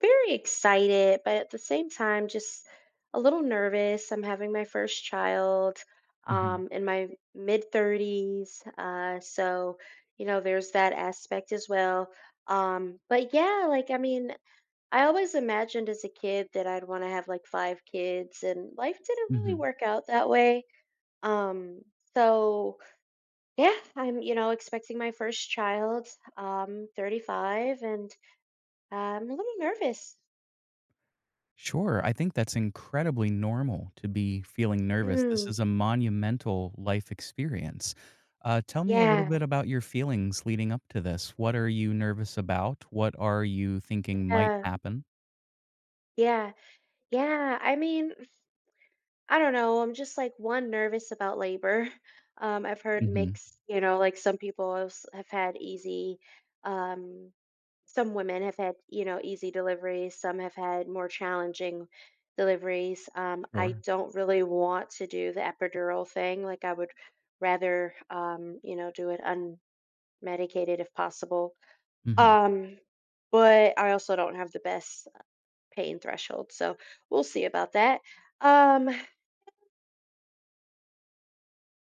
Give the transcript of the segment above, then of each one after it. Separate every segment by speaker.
Speaker 1: Very excited, but at the same time, just a little nervous. I'm having my first child
Speaker 2: Mhm,
Speaker 1: in my mid 30s. You know, there's that aspect as well. But yeah, like, I mean, I always imagined as a kid that I'd want to have like five kids, and life didn't really
Speaker 2: mhm.
Speaker 1: work out that way. Um, so yeah, I'm, you know, expecting my first child, 35, and I'm a little nervous.
Speaker 2: Sure, I think that's incredibly normal to be feeling nervous. This
Speaker 1: Mm.
Speaker 2: is a monumental life experience. Tell me a little
Speaker 1: Yeah,
Speaker 2: bit about your feelings leading up to this. What are you nervous about? What are you thinking might
Speaker 1: yeah,
Speaker 2: happen?
Speaker 1: yeah, yeah. I mean, I don't know. I'm just like one nervous about labor. I've heard
Speaker 2: Mhm,
Speaker 1: mixed, you know, like some people else have had easy, um, some women have had, you know, easy deliveries, some have had more challenging deliveries. I
Speaker 2: sure.
Speaker 1: don't really want to do the epidural thing. Like I would rather, you know, do it unmedicated if possible.
Speaker 2: Mhm,
Speaker 1: Um, but I also don't have the best pain threshold. So we'll see about that. Um,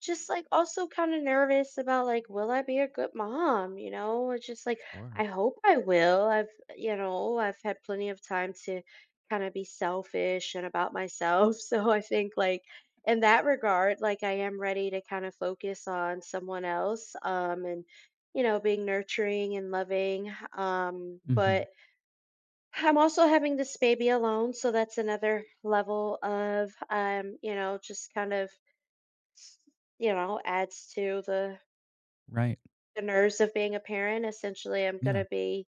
Speaker 1: just like also kind of nervous about like, will I be a good mom? You know, it's just like I
Speaker 2: sure.
Speaker 1: hope I will. I've you know I've had plenty of time to kind of be selfish and about myself. So I think like in that regard, like I am ready to kind of focus on someone else. And you know being nurturing and loving
Speaker 2: Mhm,
Speaker 1: but I'm also having this baby alone, so that's another level of, you know, just kind of, you know, adds to the
Speaker 2: right,
Speaker 1: the nerves of being a parent. Essentially, I'm
Speaker 2: yeah.
Speaker 1: gonna be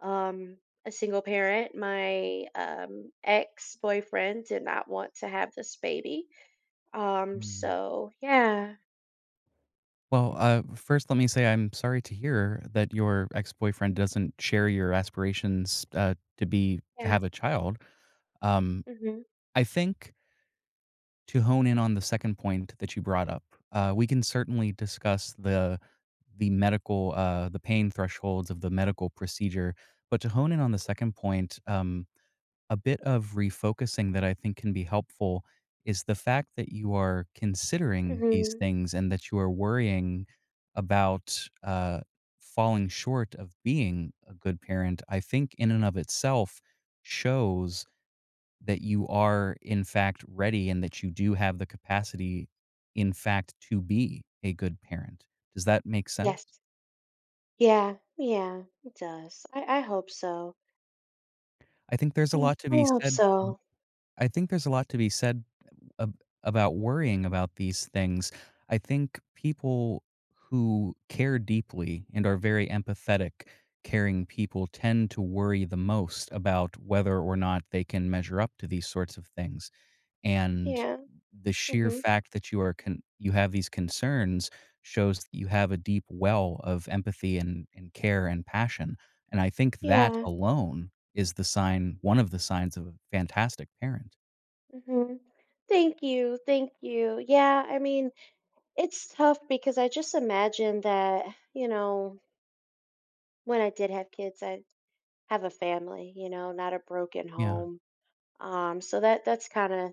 Speaker 1: um, a single parent. My ex boyfriend did not want to have this baby.
Speaker 2: Mm.
Speaker 1: So yeah,
Speaker 2: Well, first, let me say I'm sorry to hear that your ex-boyfriend doesn't share your aspirations, to be to
Speaker 1: yeah,
Speaker 2: have a child. Um,
Speaker 1: hmm
Speaker 2: I think to hone in on the second point that you brought up, we can certainly discuss the medical the pain thresholds of the medical procedure. But to hone in on the second point, a bit of refocusing that I think can be helpful is the fact that you are considering these
Speaker 1: hmm
Speaker 2: things and that you are worrying about falling short of being a good parent. I think in and of itself shows that you are in fact ready and that you do have the capacity in fact to be a good parent. Does that make sense?
Speaker 1: yes, yeah, yeah, it does. I hope so.
Speaker 2: I think there's a
Speaker 1: I
Speaker 2: lot to
Speaker 1: I
Speaker 2: be
Speaker 1: hope
Speaker 2: said
Speaker 1: so.
Speaker 2: I think there's a lot to be said ab about worrying about these things. I think people who care deeply and are very empathetic, caring people tend to worry the most about whether or not they can measure up to these sorts of things. And
Speaker 1: Yeah,
Speaker 2: the sheer
Speaker 1: hmm
Speaker 2: fact that you are con you have these concerns shows that you have a deep well of empathy and care and passion, and I think that
Speaker 1: yeah.
Speaker 2: alone is the sign one of the signs of a fantastic parent.
Speaker 1: hmm Thank you. Thank you. Yeah, I mean, it's tough because I just imagine that, you know, when I did have kids, I'd have a family, you know, not a broken
Speaker 2: Yeah,
Speaker 1: home. So that's kind of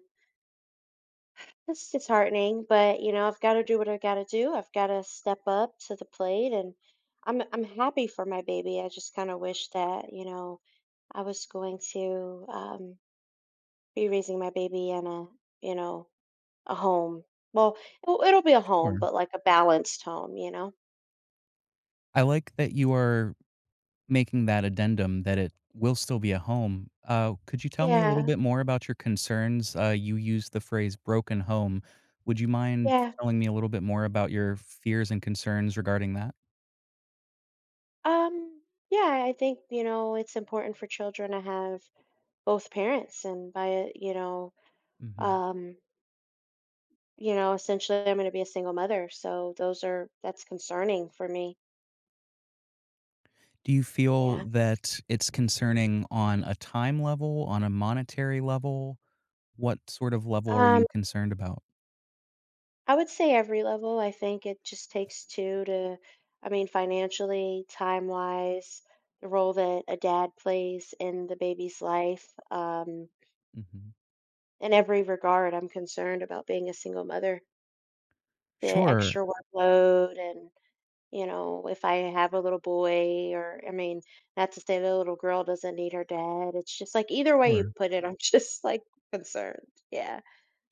Speaker 1: that's disheartening, but you know, I've got to do what I got to do. I've got to step up to the plate and I'm happy for my baby. I just kind of wish that, you know, I was going to be raising my baby in a, you know, a home. Well, it'll be a home,
Speaker 2: sure.
Speaker 1: but like a balanced home, you know?
Speaker 2: I like that you are making that addendum that it will still be a home. Uh, could you tell me a little
Speaker 1: Yeah,
Speaker 2: bit more about your concerns? You used the phrase "broken home." Would you mind
Speaker 1: yeah.
Speaker 2: telling me a little bit more about your fears and concerns regarding that?
Speaker 1: Um, yeah, I think, you know, it's important for children to have both parents and by it,
Speaker 2: Mhm.
Speaker 1: um, you know, essentially I'm going to be a single mother, so those are that's concerning for me.
Speaker 2: Do you feel
Speaker 1: Yeah.
Speaker 2: that it's concerning on a time level, on a monetary level? What sort of level are
Speaker 1: Um,
Speaker 2: you concerned about?
Speaker 1: I would say every level. I think it just takes two to I mean, financially, time-wise, the role that a dad plays in the baby's life.
Speaker 2: Mhm.
Speaker 1: In every regard, I'm concerned about being a single mother. The
Speaker 2: Sure,
Speaker 1: extra workload and, you know, if I have a little boy or I mean, not to say the little girl doesn't need her dad. It's just like either way you
Speaker 2: sure.
Speaker 1: put it, I'm just like concerned. Yeah.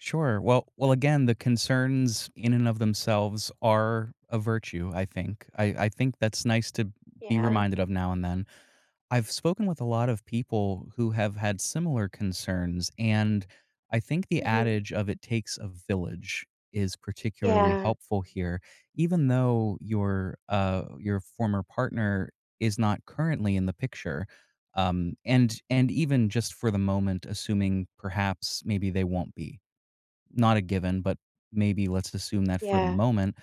Speaker 2: Sure. Well, well, again, the concerns in and of themselves are a virtue, I think. I think that's nice to be
Speaker 1: Yeah.
Speaker 2: reminded of now and then. I've spoken with a lot of people who have had similar concerns, and I think the
Speaker 1: Mhm.
Speaker 2: adage of it takes a village is particularly
Speaker 1: Yeah.
Speaker 2: helpful here. Even though your former partner is not currently in the picture, and even just for the moment, assuming perhaps maybe they won't be, not a given, but maybe let's assume that for the
Speaker 1: Yeah.
Speaker 2: moment,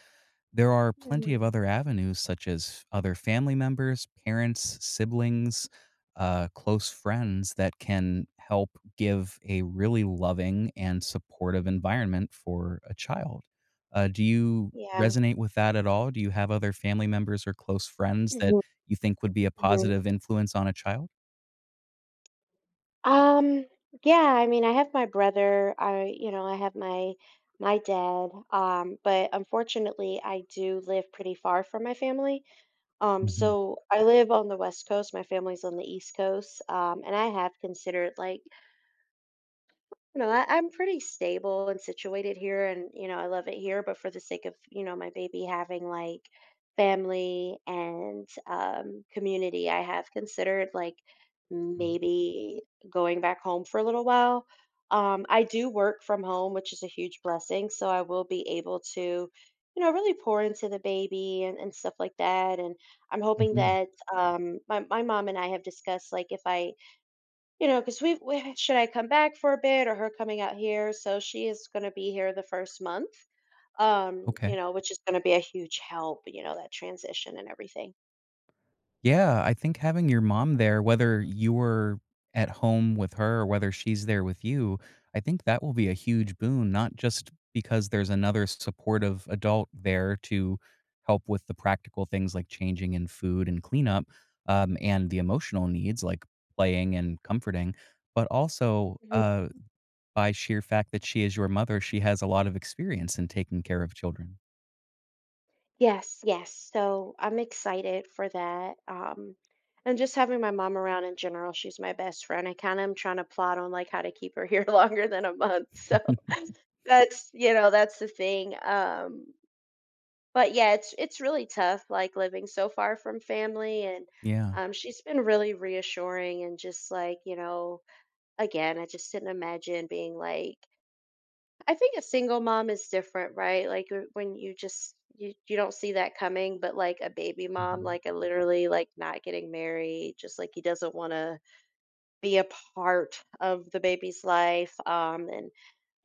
Speaker 2: there are plenty of
Speaker 1: Mhm.
Speaker 2: other avenues such as other family members, parents, siblings, close friends that can help give a really loving and supportive environment for a child. Do you
Speaker 1: Yeah.
Speaker 2: resonate with that at all? Do you have other family members or close friends that
Speaker 1: Mhm.
Speaker 2: you think would be a
Speaker 1: Mhm.
Speaker 2: positive influence on a child?
Speaker 1: Um, yeah, I mean, I have my brother, I, you know, I have my dad, but unfortunately, I do live pretty far from my family. Um,
Speaker 2: Mhm.
Speaker 1: so I live on the West Coast. My family's on the East Coast, and I have considered like you know, I'm pretty stable and situated here, and you know, I love it here. But for the sake of you know my baby having like family and community, I have considered like maybe going back home for a little while. I do work from home, which is a huge blessing, so I will be able to, you know, really pour into the baby and stuff like that. And I'm hoping
Speaker 2: Mhm.
Speaker 1: that my my mom and I have discussed like if I you know, 'cause we should I come back for a bit or her coming out here? So she is gonna be here the 1st month,
Speaker 2: Okay.
Speaker 1: you know, which is gonna be a huge help, you know, that transition and everything.
Speaker 2: Yeah, I think having your mom there, whether you're at home with her or whether she's there with you, I think that will be a huge boon, not just because there's another supportive adult there to help with the practical things like changing and food and cleanup, and the emotional needs like playing and comforting, but also
Speaker 1: Mhm.
Speaker 2: by sheer fact that she is your mother, she has a lot of experience in taking care of children.
Speaker 1: Yes, yes. So I'm excited for that, and just having my mom around in general, she's my best friend. I kinda am trying to plot on, like, how to keep her here longer than a month, so that's you know, that's the thing, but yeah, it's really tough, like, living so far from family, and,
Speaker 2: Yeah.
Speaker 1: she's been really reassuring and just, like, you know again, I just didn't imagine being, like I think a single mom is different, right? Like, w when you just you don't see that coming, but, like, a baby mom,
Speaker 2: Hmm.
Speaker 1: like, I literally, like, not getting married, just, like, he doesn't wanna be a part of the baby's life,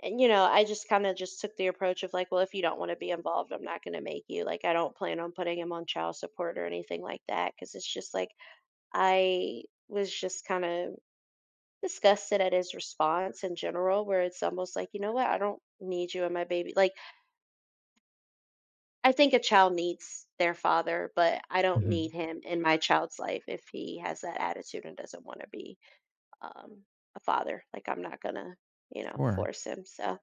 Speaker 1: and, you know, I just kind of just took the approach of like, well, if you don't want to be involved, I'm not going to make you. Like, I don't plan on putting him on child support or anything like that because it's just like I was just kind of disgusted at his response in general, where it's almost like, you know what, I don't need you and my baby. Like, I think a child needs their father, but I don't
Speaker 2: Hmm.
Speaker 1: need him in my child's life if he has that attitude and doesn't want to be um, a father. Like, I'm not going to, you know,
Speaker 2: Sure.
Speaker 1: force him. So,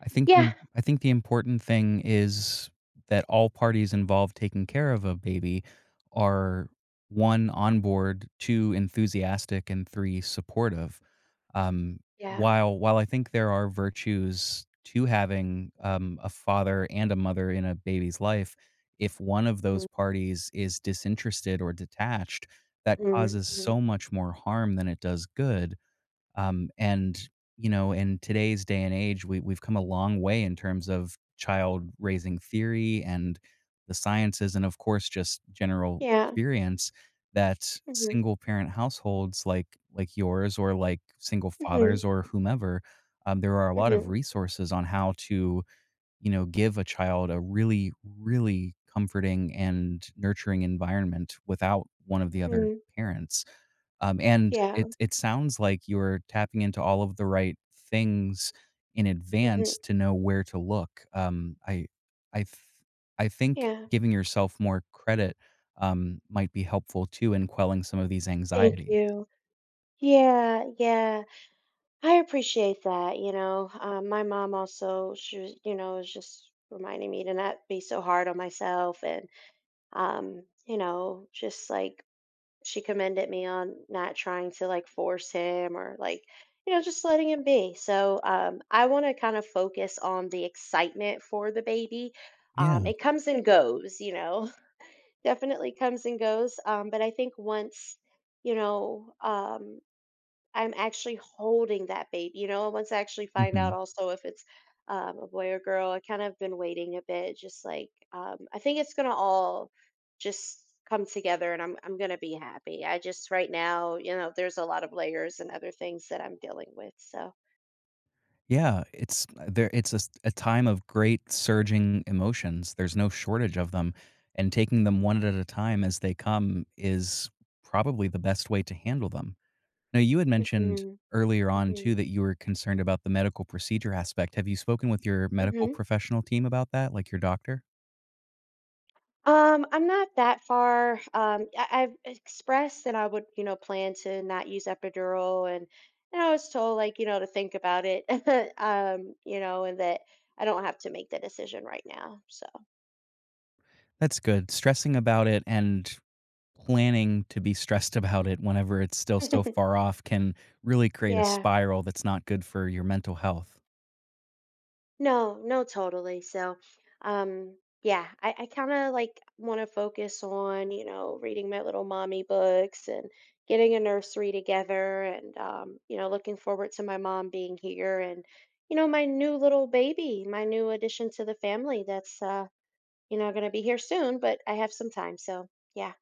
Speaker 1: yeah,
Speaker 2: I think the important thing is that all parties involved taking care of a baby are 1, on board, 2, enthusiastic, and 3, supportive. Um,
Speaker 1: yeah.
Speaker 2: while I think there are virtues to having, a father and a mother in a baby's life, if one of those
Speaker 1: Mhm.
Speaker 2: parties is disinterested or detached, that
Speaker 1: Mhm.
Speaker 2: causes
Speaker 1: Mhm.
Speaker 2: so much more harm than it does good. And you know, in today's day and age, we've come a long way in terms of child raising theory and the sciences, and of course, just general
Speaker 1: Yeah.
Speaker 2: experience that
Speaker 1: Mhm.
Speaker 2: single parent households like yours or like single
Speaker 1: Mhm.
Speaker 2: fathers or whomever, there are a lot of
Speaker 1: Mhm.
Speaker 2: resources on how to, you know, give a child a really, really comforting and nurturing environment without one of the other
Speaker 1: Mhm.
Speaker 2: parents. um, and
Speaker 1: Yeah.
Speaker 2: it it sounds like you're tapping into all of the right things in
Speaker 1: Mhm.
Speaker 2: advance to know where to look. I th I think
Speaker 1: Yeah.
Speaker 2: giving yourself more credit, might be helpful too in quelling some of these
Speaker 1: Thank
Speaker 2: anxieties.
Speaker 1: you. Yeah. Yeah. I appreciate that. You know, my mom also, she was, you know, was just reminding me to not be so hard on myself and, you know, just like she commended me on not trying to like force him or like, you know, just letting him be. So I want to kind of focus on the excitement for the baby.
Speaker 2: Yeah,
Speaker 1: It comes and goes, you know. Definitely comes and goes. But I think once, you know, I'm actually holding that baby, you know, and once I actually find out
Speaker 2: mhm.
Speaker 1: also if it's a boy or girl, I kind of been waiting a bit, just like I think it's gonna all just come together, and I'm gonna be happy. I just right now, you know, there's a lot of layers and other things that I'm dealing with, so.
Speaker 2: Yeah, it's there it's a s a time of great surging emotions, there's no shortage of them, and taking them one at a time as they come is probably the best way to handle them. Now, you had mentioned
Speaker 1: hmm
Speaker 2: earlier on too
Speaker 1: hmm
Speaker 2: that you were concerned about the medical procedure aspect. Have you spoken with your medical
Speaker 1: hmm
Speaker 2: professional team about that, like your doctor?
Speaker 1: I'm not that far. I've expressed that I would, you know, plan to not use epidural, and I was told like, you know, to think about it, you know, and that I don't have to make the decision right now. So,
Speaker 2: That's good. Stressing about it and planning to be stressed about it whenever it's still so far off can really create a
Speaker 1: yeah.
Speaker 2: spiral that's not good for your mental health.
Speaker 1: No, no, totally. So, yeah, I kind of like want to focus on, you know, reading my little mommy books and getting a nursery together and, you know, looking forward to my mom being here and, you know, my new little baby, my new addition to the family that's, you know, going to be here soon, but I have some time. So, yeah.